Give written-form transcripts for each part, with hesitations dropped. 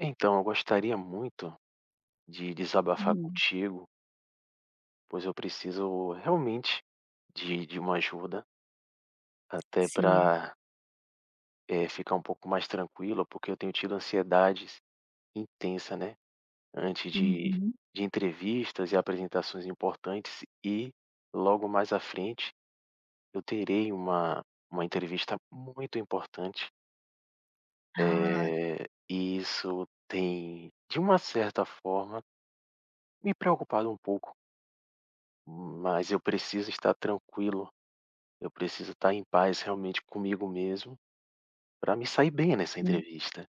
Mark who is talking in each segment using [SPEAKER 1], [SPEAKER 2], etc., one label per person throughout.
[SPEAKER 1] Então, eu gostaria muito de desabafar
[SPEAKER 2] Hum,
[SPEAKER 1] contigo, pois eu preciso realmente de uma ajuda, até
[SPEAKER 2] sim.
[SPEAKER 1] para ficar um pouco mais tranquilo, porque eu tenho tido ansiedades intensa, né? Antes de,
[SPEAKER 2] Uhum.
[SPEAKER 1] de entrevistas e apresentações importantes, e logo mais à frente eu terei uma entrevista muito importante,
[SPEAKER 2] Ah,
[SPEAKER 1] e isso tem, de uma certa forma, me preocupado um pouco. Mas eu preciso estar tranquilo, eu preciso estar em paz realmente comigo mesmo para me sair bem nessa
[SPEAKER 2] sim,
[SPEAKER 1] entrevista,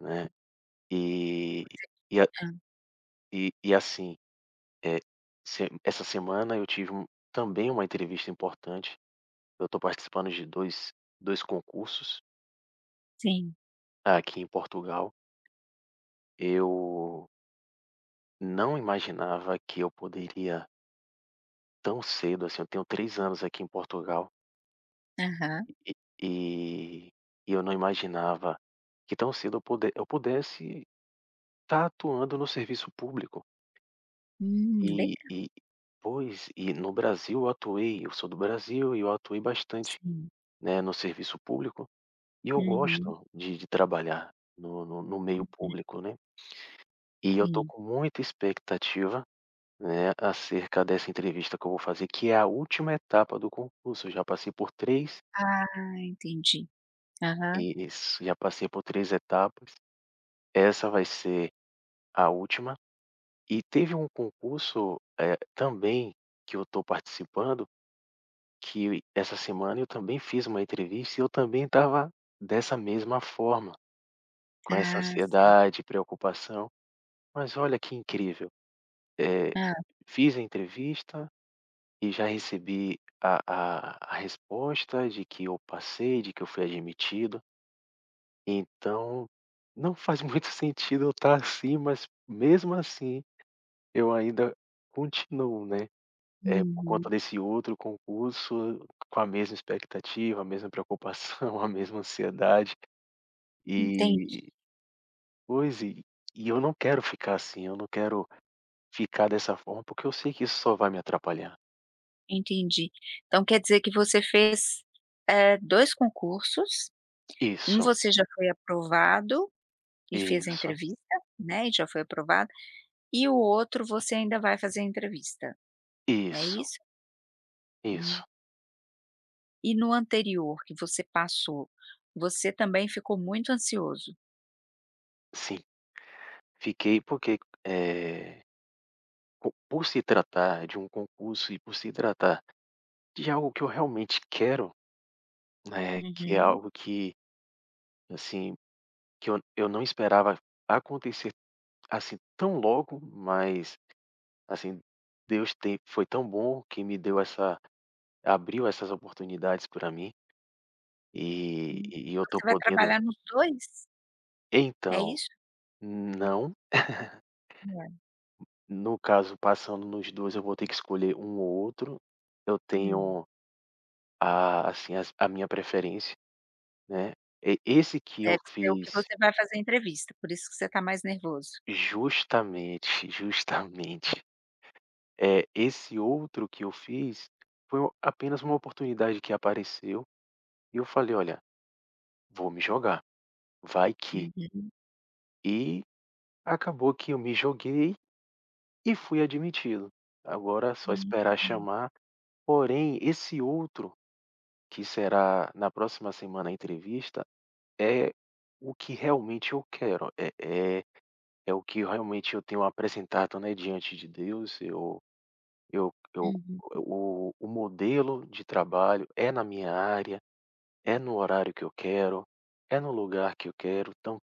[SPEAKER 1] né. E e a
[SPEAKER 2] tá.
[SPEAKER 1] e e assim, eh, se essa semana eu tive também uma entrevista importante, eu estou participando de dois concursos
[SPEAKER 2] Sim.
[SPEAKER 1] aqui em Portugal. Eu não imaginava que eu poderia tão cedo, assim, eu tenho 3 anos aqui em Portugal.
[SPEAKER 2] Aham.
[SPEAKER 1] E e e eu não imaginava que tão cedo eu pudesse estar atuando no serviço público. E
[SPEAKER 2] Legal.
[SPEAKER 1] e pois, e no Brasil eu sou do Brasil e eu atuei bastante,
[SPEAKER 2] Sim.
[SPEAKER 1] né, no serviço público, e eu
[SPEAKER 2] Uhum.
[SPEAKER 1] gosto de trabalhar no meio
[SPEAKER 2] Uhum.
[SPEAKER 1] público, né. E eu tô
[SPEAKER 2] Sim.
[SPEAKER 1] com muita expectativa, né, acerca dessa entrevista que eu vou fazer, que é a última etapa do concurso, eu já passei por três.
[SPEAKER 2] Ah, entendi. Aham.
[SPEAKER 1] Isso, já passei por 3 etapas, essa vai ser a última. E teve um concurso, também que eu estou participando, que essa semana eu também fiz uma entrevista e eu também estava dessa mesma forma, com essa
[SPEAKER 2] Ah, sim.
[SPEAKER 1] ansiedade, preocupação. Mas olha que incrível, eh,
[SPEAKER 2] ah,
[SPEAKER 1] fiz a entrevista e já recebi a resposta de que eu passei, de que eu fui admitido. Então, não faz muito sentido eu estar assim, mas mesmo assim eu ainda continuo, né. É, por conta
[SPEAKER 2] Uhum.
[SPEAKER 1] desse outro concurso, com a mesma expectativa, a mesma preocupação, a mesma ansiedade,
[SPEAKER 2] Entendi,
[SPEAKER 1] e pois, eu não quero ficar assim, eu não quero ficar dessa forma, porque eu sei que isso só vai me atrapalhar.
[SPEAKER 2] entendi. Então quer dizer que você fez, 2 concursos, um
[SPEAKER 1] Isso,
[SPEAKER 2] você já foi aprovado e fez a
[SPEAKER 1] isso,
[SPEAKER 2] entrevista, né, e já foi aprovado, e o outro você ainda vai fazer a entrevista, é
[SPEAKER 1] isso,
[SPEAKER 2] isso? Hum.
[SPEAKER 1] isso.
[SPEAKER 2] E no anterior que você passou, você também ficou muito ansioso?
[SPEAKER 1] Sim, fiquei porque, eh, po por se tratar de um concurso e por se tratar de algo que eu realmente quero, né, que é
[SPEAKER 2] Uhum,
[SPEAKER 1] algo que, assim, que eu não esperava acontecer. Assim, tão logo, mas, assim, Deus tem foi tão bom que me deu essa abriu essas oportunidades para mim, e
[SPEAKER 2] hum.
[SPEAKER 1] e eu tô
[SPEAKER 2] Você vai
[SPEAKER 1] podendo,
[SPEAKER 2] trabalhar nos 2, é
[SPEAKER 1] então,
[SPEAKER 2] isso?
[SPEAKER 1] não,
[SPEAKER 2] Como é?
[SPEAKER 1] no caso passando nos 2 eu vou ter que escolher um ou outro, eu
[SPEAKER 2] Hum.
[SPEAKER 1] tenho a assim, as a minha preferência, né. E esse que eu
[SPEAKER 2] Deve ser o que
[SPEAKER 1] fiz
[SPEAKER 2] você vai fazer a entrevista, por isso que você está mais nervoso.
[SPEAKER 1] justamente, justamente. É esse outro que eu fiz, foi apenas uma oportunidade que apareceu, e eu falei: "Olha, vou me jogar, vai que."
[SPEAKER 2] Uhum,
[SPEAKER 1] E acabou que eu me joguei e fui admitido. Agora é só
[SPEAKER 2] hum,
[SPEAKER 1] esperar chamar. Porém, esse outro, que será na próxima semana a entrevista, é o que realmente eu quero, é o que realmente eu tenho apresentado, né, diante de Deus. Eu
[SPEAKER 2] uhum.
[SPEAKER 1] O modelo de trabalho é na minha área, é no horário que eu quero, é no lugar que eu quero, então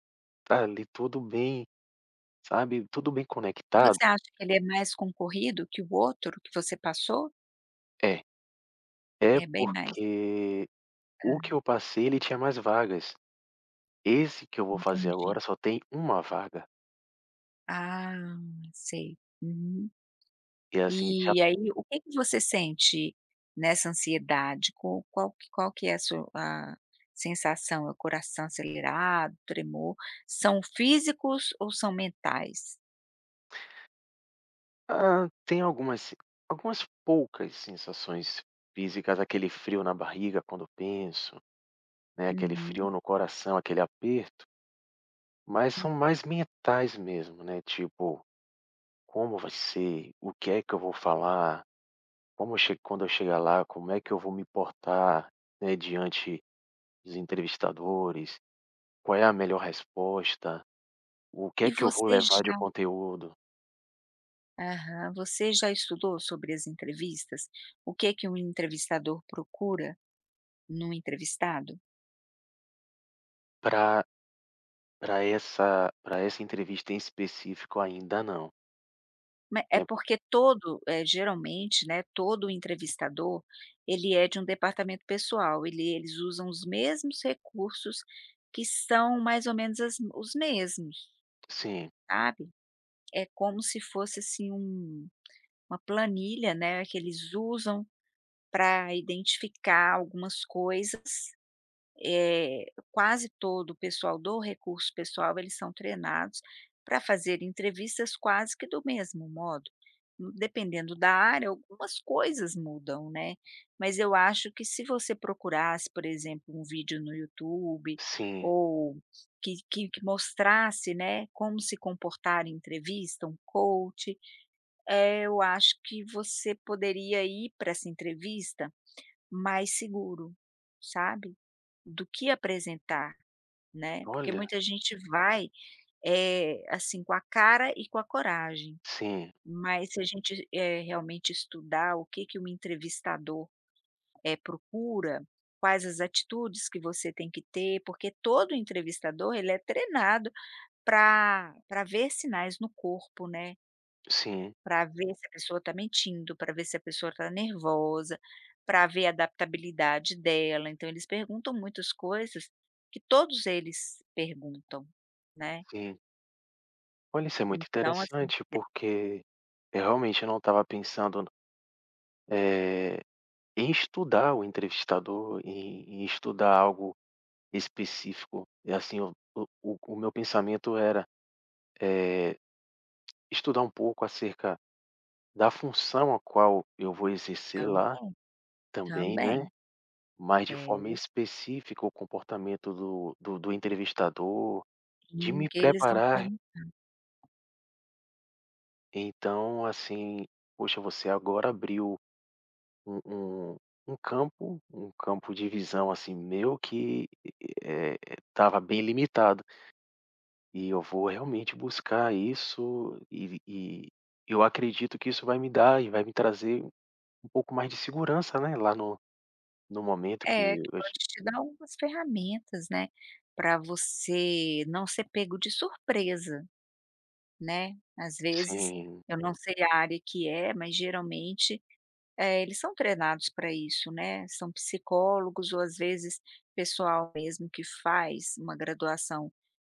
[SPEAKER 1] tá ali tudo bem. Sabe, tudo bem
[SPEAKER 2] E
[SPEAKER 1] conectado.
[SPEAKER 2] você acha que ele é mais concorrido que o outro que você passou?
[SPEAKER 1] É, é
[SPEAKER 2] É bem mais?
[SPEAKER 1] porque o
[SPEAKER 2] Tá.
[SPEAKER 1] que eu passei, ele tinha mais vagas. Esse que eu vou fazer
[SPEAKER 2] Entendi.
[SPEAKER 1] agora só tem uma vaga.
[SPEAKER 2] Ah, sei. Uhum.
[SPEAKER 1] E, assim,
[SPEAKER 2] E aí, o que que você sente nessa ansiedade? Co qual que é a sensação? É o coração acelerado, tremor? São físicos ou são mentais?
[SPEAKER 1] tem algumas poucas sensações físicas, aquele frio na barriga quando penso, né, aquele frio
[SPEAKER 2] Uhum.
[SPEAKER 1] no coração, aquele aperto, mas
[SPEAKER 2] Hum.
[SPEAKER 1] são mais mentais mesmo, né, tipo: "Como vai ser? O que é que eu vou falar? Como che quando eu chegar lá, como é que eu vou me portar, né, diante dos entrevistadores, qual é a melhor resposta, o que é
[SPEAKER 2] E
[SPEAKER 1] que eu vou
[SPEAKER 2] você
[SPEAKER 1] levar de
[SPEAKER 2] já
[SPEAKER 1] conteúdo
[SPEAKER 2] aham. Você já estudou sobre as entrevistas? O que que um entrevistador procura num entrevistado?
[SPEAKER 1] para para essa entrevista em específico ainda não,
[SPEAKER 2] Ma é
[SPEAKER 1] né,
[SPEAKER 2] porque todo, geralmente, né, todo entrevistador, ele é de um departamento pessoal, eles usam os mesmos recursos que são mais ou menos as os mesmos,
[SPEAKER 1] sim,
[SPEAKER 2] sabe. É como se fosse, assim, uma planilha, né, que eles usam para identificar algumas coisas. eh, Quase todo o pessoal do recurso pessoal, eles são treinados para fazer entrevistas quase que do mesmo modo. Dependendo da área, algumas coisas mudam, né, mas eu acho que se você procurasse, por exemplo, um vídeo no YouTube
[SPEAKER 1] sim,
[SPEAKER 2] ou que mostrasse, né, como se comportar em entrevista, um coach, eu acho que você poderia ir para essa entrevista mais seguro, sabe? Do que apresentar, né, porque
[SPEAKER 1] olha,
[SPEAKER 2] muita gente vai, assim, com a cara e com a coragem,
[SPEAKER 1] sim,
[SPEAKER 2] mas se a gente, realmente estudar o que que um entrevistador, procura, quais as atitudes que você tem que ter, porque todo entrevistador ele é treinado para ver sinais no corpo, né,
[SPEAKER 1] sim,
[SPEAKER 2] para ver se a pessoa está mentindo, para ver se a pessoa está nervosa, para ver a adaptabilidade dela. Então eles perguntam muitas coisas que todos eles perguntam, né.
[SPEAKER 1] sim." Olha, isso é muito
[SPEAKER 2] Então assim,
[SPEAKER 1] interessante,
[SPEAKER 2] de
[SPEAKER 1] porque eu realmente não estava pensando, eh, em estudar o entrevistador, em estudar algo específico, e assim, o meu pensamento era, eh, estudar um pouco acerca da função a qual eu vou exercer lá
[SPEAKER 2] também,
[SPEAKER 1] também, né,
[SPEAKER 2] também.
[SPEAKER 1] mas de forma
[SPEAKER 2] É,
[SPEAKER 1] específica o comportamento do entrevistador, de
[SPEAKER 2] e o
[SPEAKER 1] me
[SPEAKER 2] que eles vão
[SPEAKER 1] preparar.
[SPEAKER 2] perguntar?
[SPEAKER 1] Então, assim, poxa, você agora abriu um um um campo de visão, assim, meu que, eh, estava bem limitado e eu vou realmente buscar isso e eu acredito que isso vai me dar e vai me trazer um pouco mais de segurança, né, lá no momento que
[SPEAKER 2] É, que
[SPEAKER 1] eu.
[SPEAKER 2] pode te dar algumas ferramentas, né, para você não ser pego de surpresa, né. Às vezes,
[SPEAKER 1] Sim,
[SPEAKER 2] eu não sei a área que é, mas geralmente é, eles são treinados para isso, né, são psicólogos ou às vezes pessoal mesmo que faz uma graduação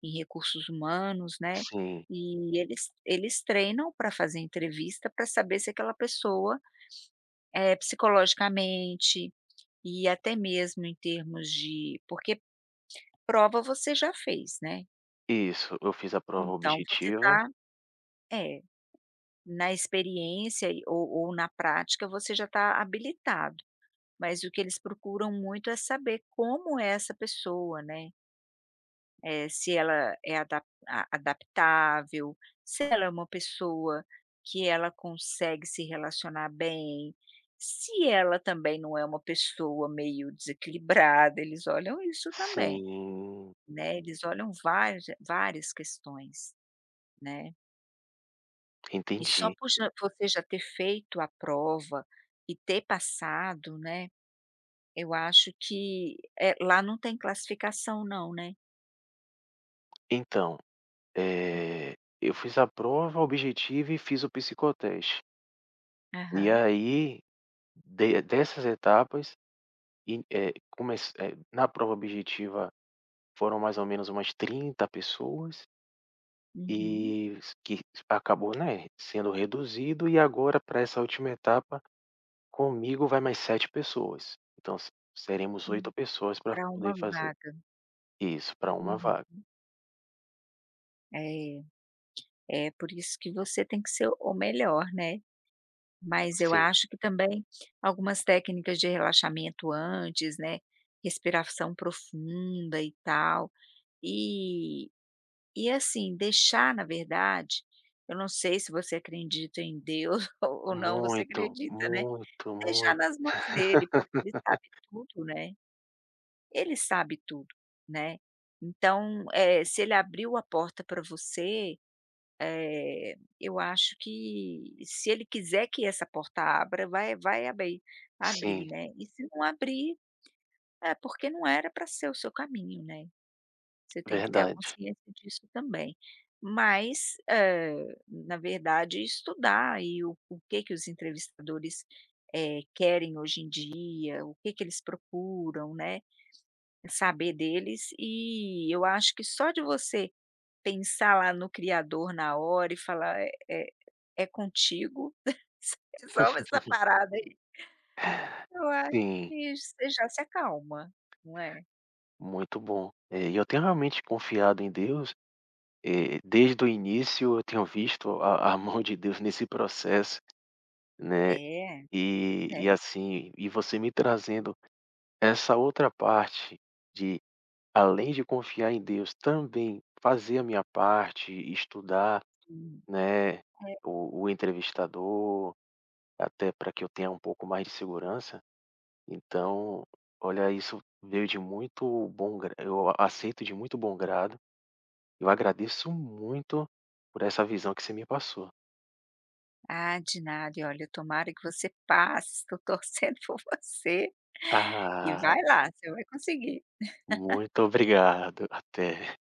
[SPEAKER 2] em recursos humanos, né,
[SPEAKER 1] sim.
[SPEAKER 2] e eles treinam para fazer entrevista para saber se aquela pessoa, é psicologicamente e até mesmo em termos de porque prova você já fez, né,
[SPEAKER 1] Isso, eu fiz a prova
[SPEAKER 2] então você
[SPEAKER 1] objetiva.
[SPEAKER 2] está é, na experiência e ou na prática você já está habilitado. Mas o que eles procuram muito é saber como é essa pessoa, né, se ela é adaptável, se ela é uma pessoa que ela consegue se relacionar bem, se ela também não é uma pessoa meio desequilibrada, eles olham isso também,
[SPEAKER 1] Sim,
[SPEAKER 2] né, eles olham várias questões, né. E só
[SPEAKER 1] entendi.
[SPEAKER 2] por já você já ter feito a prova e ter passado, né. Eu acho que, lá não tem classificação não, né?
[SPEAKER 1] Então, eh, eu fiz a prova objetiva e fiz o psicoteste. E
[SPEAKER 2] Aham.
[SPEAKER 1] aí, de dessas etapas, e, na prova objetiva foram mais ou menos umas 30 pessoas
[SPEAKER 2] Uhum.
[SPEAKER 1] e s que acabou, né, sendo reduzido e agora para essa última etapa comigo vai mais 7 pessoas, então se seremos 8
[SPEAKER 2] Hum.
[SPEAKER 1] pessoas para poder
[SPEAKER 2] Uma
[SPEAKER 1] fazer
[SPEAKER 2] vaga.
[SPEAKER 1] isso, para uma
[SPEAKER 2] Uhum.
[SPEAKER 1] vaga.
[SPEAKER 2] É, é por isso que você tem que ser o melhor, né? Mas eu
[SPEAKER 1] Sim,
[SPEAKER 2] acho que também algumas técnicas de relaxamento antes, né, respiração profunda e tal. E e assim, deixar na verdade, eu não sei se você acredita em Deus ou não você
[SPEAKER 1] muito,
[SPEAKER 2] acredita, né?
[SPEAKER 1] muito,
[SPEAKER 2] Deixar
[SPEAKER 1] muito.
[SPEAKER 2] nas mãos dele, porque ele sabe tudo, né. Ele sabe tudo, né. Então, se ele abriu a porta para você, eu acho que se ele quiser que essa porta abra, vai abrir,
[SPEAKER 1] Sim,
[SPEAKER 2] né. E se não abrir, é porque não era para ser o seu caminho, né. Você tem que ter a
[SPEAKER 1] verdade.
[SPEAKER 2] consciência disso também. Mas, na verdade, estudar e o que que os entrevistadores, querem hoje em dia, o que que eles procuram, né, saber deles. E eu acho que só de você pensar lá no criador na hora e falar: "É contigo, você resolve essa parada aí", eu acho
[SPEAKER 1] Sim,
[SPEAKER 2] que você já se acalma, não é?
[SPEAKER 1] muito bom. E eu tenho realmente confiado em Deus, desde o início eu tenho visto a mão de Deus nesse processo, né,
[SPEAKER 2] É,
[SPEAKER 1] e
[SPEAKER 2] né?
[SPEAKER 1] assim, e você me trazendo essa outra parte de, além de confiar em Deus, também fazer a minha parte, estudar, né, o entrevistador, até para que eu tenha um pouco mais de segurança, então, olha, isso veio de muito bom gra eu aceito de muito bom grado, eu agradeço muito por essa visão que você me passou.
[SPEAKER 2] Ah, de nada. E olha, tomara que você passe, estou torcendo por você. E
[SPEAKER 1] Ah,
[SPEAKER 2] vai lá, você vai conseguir.
[SPEAKER 1] muito obrigado, até.